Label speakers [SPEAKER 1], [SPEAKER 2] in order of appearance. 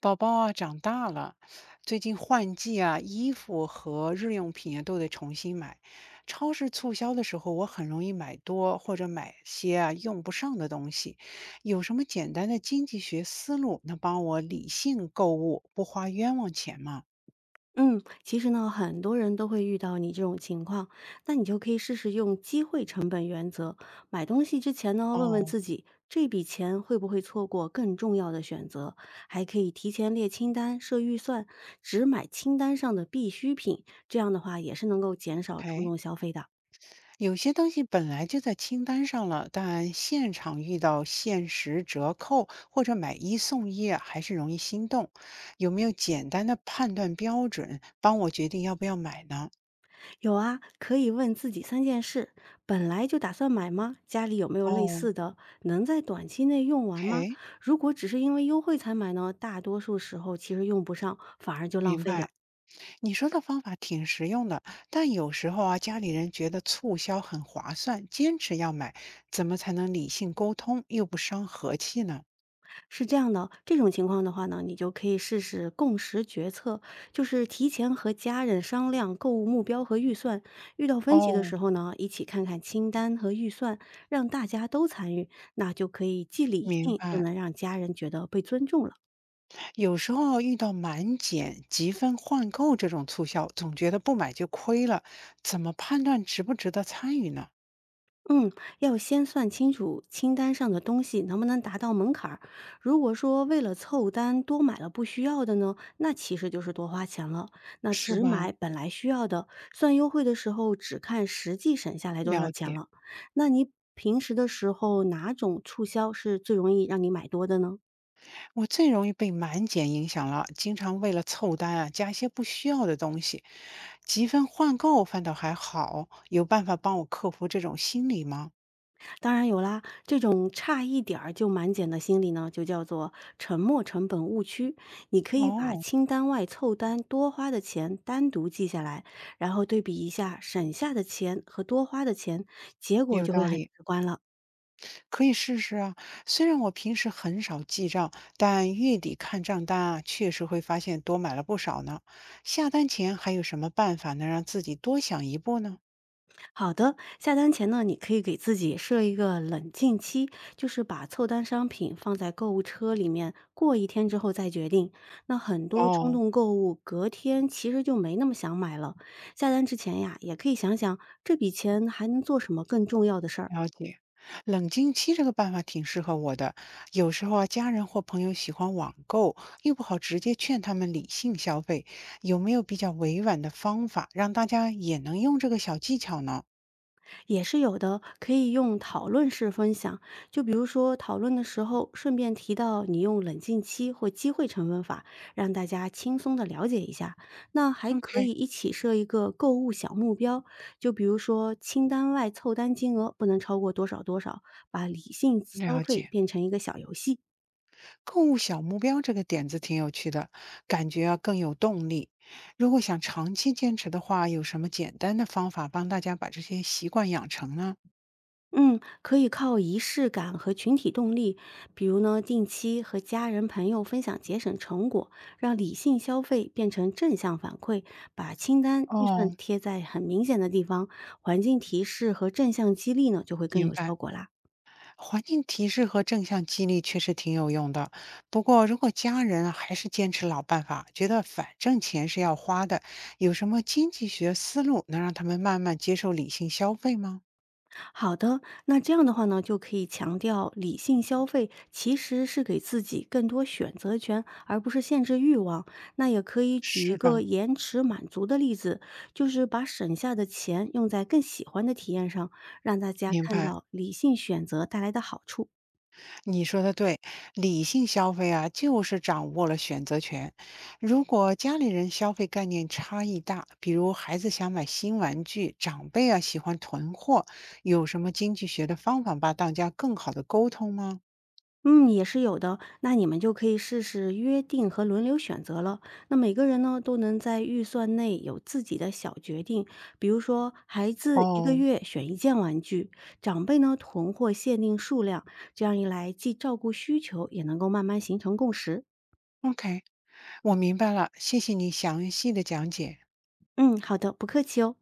[SPEAKER 1] 宝宝啊，长大了，最近换季啊，衣服和日用品啊都得重新买。超市促销的时候，我很容易买多或者买些啊用不上的东西。有什么简单的经济学思路能帮我理性购物，不花冤枉钱吗？
[SPEAKER 2] 嗯，其实呢，很多人都会遇到你这种情况，那你就可以试试用机会成本原则。买东西之前呢，问问
[SPEAKER 1] 哦
[SPEAKER 2] 自己这笔钱会不会错过更重要的选择，还可以提前列清单、设预算，只买清单上的必需品，这样的话也是能够减少冲
[SPEAKER 1] ，OK，
[SPEAKER 2] 动消费的。
[SPEAKER 1] 有些东西本来就在清单上了，但现场遇到限时折扣或者买一送一啊，还是容易心动。有没有简单的判断标准，帮我决定要不要买呢？
[SPEAKER 2] 有啊，可以问自己三件事：本来就打算买吗？家里有没有类
[SPEAKER 1] 哦
[SPEAKER 2] 似的？能在短期内用完吗？
[SPEAKER 1] ，OK，
[SPEAKER 2] 如果只是因为优惠才买呢，大多数时候其实用不上，反而就浪
[SPEAKER 1] 明
[SPEAKER 2] 费
[SPEAKER 1] 白。
[SPEAKER 2] 了。
[SPEAKER 1] 你说的方法挺实用的，但有时候啊，家里人觉得促销很划算，坚持要买，怎么才能理性沟通，又不伤和气呢？
[SPEAKER 2] 是这样的，这种情况的话呢，你就可以试试共识决策，就是提前和家人商量购物目标和预算。遇到分歧的
[SPEAKER 1] 哦，
[SPEAKER 2] 时候呢，一起看看清单和预算，让大家都参与，那就可以既理
[SPEAKER 1] 明
[SPEAKER 2] 性又
[SPEAKER 1] 白。
[SPEAKER 2] 能让家人觉得被尊重了。
[SPEAKER 1] 有时候遇到满减、积分换购这种促销，总觉得不买就亏了，怎么判断值不值得参与呢？
[SPEAKER 2] 嗯，要先算清楚清单上的东西能不能达到门槛儿。如果说为了凑单多买了不需要的呢，那其实就是多花钱了。那
[SPEAKER 1] 是
[SPEAKER 2] 只
[SPEAKER 1] 吧？
[SPEAKER 2] 买本来需要的，算优惠的时候只看实际省下来多少
[SPEAKER 1] 了
[SPEAKER 2] 钱
[SPEAKER 1] 解，
[SPEAKER 2] 了。那你平时的时候哪种促销是最容易让你买多的呢？
[SPEAKER 1] 我最容易被满减影响了，经常为了凑单啊，加一些不需要的东西。积分换购反倒还好，有办法帮我克服这种心理吗？
[SPEAKER 2] 当然有啦，这种差一点儿就满减的心理呢，就叫做沉没成本误区。你可以把
[SPEAKER 1] 哦，
[SPEAKER 2] 清单外凑单多花的钱单独记下来，然后对比一下省下的钱和多花的钱，结果
[SPEAKER 1] 有
[SPEAKER 2] 就会
[SPEAKER 1] 道
[SPEAKER 2] 很
[SPEAKER 1] 理。
[SPEAKER 2] 直观了。
[SPEAKER 1] 可以试试啊，虽然我平时很少记账，但月底看账单啊，确实会发现多买了不少呢。下单前还有什么办法能让自己多想一步呢？
[SPEAKER 2] 好的，下单前呢，你可以给自己设一个冷静期，就是把凑单商品放在购物车里面，过一天之后再决定。那很多冲
[SPEAKER 1] 哦，
[SPEAKER 2] 动购物，隔天其实就没那么想买了。下单之前呀，也可以想想这笔钱还能做什么更重要的事儿。
[SPEAKER 1] 了解。冷静期这个办法挺适合我的。有时候啊，家人或朋友喜欢网购，又不好直接劝他们理性消费，有没有比较委婉的方法让大家也能用这个小技巧呢
[SPEAKER 2] 也是有的，可以用讨论式分享。就比如说讨论的时候，顺便提到你用冷静期或机会成本法，让大家轻松的了解一下。那还可
[SPEAKER 1] ？OK，
[SPEAKER 2] 以一起设一个购物小目标，就比如说清单外凑单金额不能超过多少多少，把理性消
[SPEAKER 1] 了
[SPEAKER 2] 费
[SPEAKER 1] 解。
[SPEAKER 2] 变成一个小游戏。
[SPEAKER 1] 购物小目标这个点子挺有趣的，感觉啊更有动力。如果想长期坚持的话，有什么简单的方法帮大家把这些习惯养成呢？
[SPEAKER 2] 嗯，可以靠仪式感和群体动力，比如呢，定期和家人朋友分享节省成果，让理性消费变成正向反馈，把清单预算
[SPEAKER 1] 哦，
[SPEAKER 2] 贴在很明显的地方，环境提示和正向激励呢，就会更
[SPEAKER 1] 明
[SPEAKER 2] 有效
[SPEAKER 1] 白。
[SPEAKER 2] 果啦。
[SPEAKER 1] 环境提示和正向激励确实挺有用的。不过，如果家人啊还是坚持老办法，觉得反正钱是要花的，有什么经济学思路能让他们慢慢接受理性消费吗？
[SPEAKER 2] 好的，那这样的话呢，就可以强调理性消费其实是给自己更多选择权，而不是限制欲望。那也可以举一
[SPEAKER 1] 是
[SPEAKER 2] 个
[SPEAKER 1] 吧？
[SPEAKER 2] 延迟满足的例子，就是把省下的钱用在更喜欢的体验上，让大家
[SPEAKER 1] 明
[SPEAKER 2] 看
[SPEAKER 1] 白。
[SPEAKER 2] 到理性选择带来的好处。
[SPEAKER 1] 你说的对，理性消费啊，就是掌握了选择权。如果家里人消费概念差异大，比如孩子想买新玩具，长辈啊喜欢囤货，有什么经济学的方法把大家更好的沟通吗？
[SPEAKER 2] 嗯，也是有的。那你们就可以试试约定和轮流选择了。那每个人呢，都能在预算内有自己的小决定，比如说孩子一个
[SPEAKER 1] 哦，
[SPEAKER 2] 月选一件玩具，长辈呢囤货限定数量。这样一来，既照顾需求，也能够慢慢形成共识。
[SPEAKER 1] ？OK，我明白了，谢谢你详细的讲解。
[SPEAKER 2] 嗯，好的，不客气哦。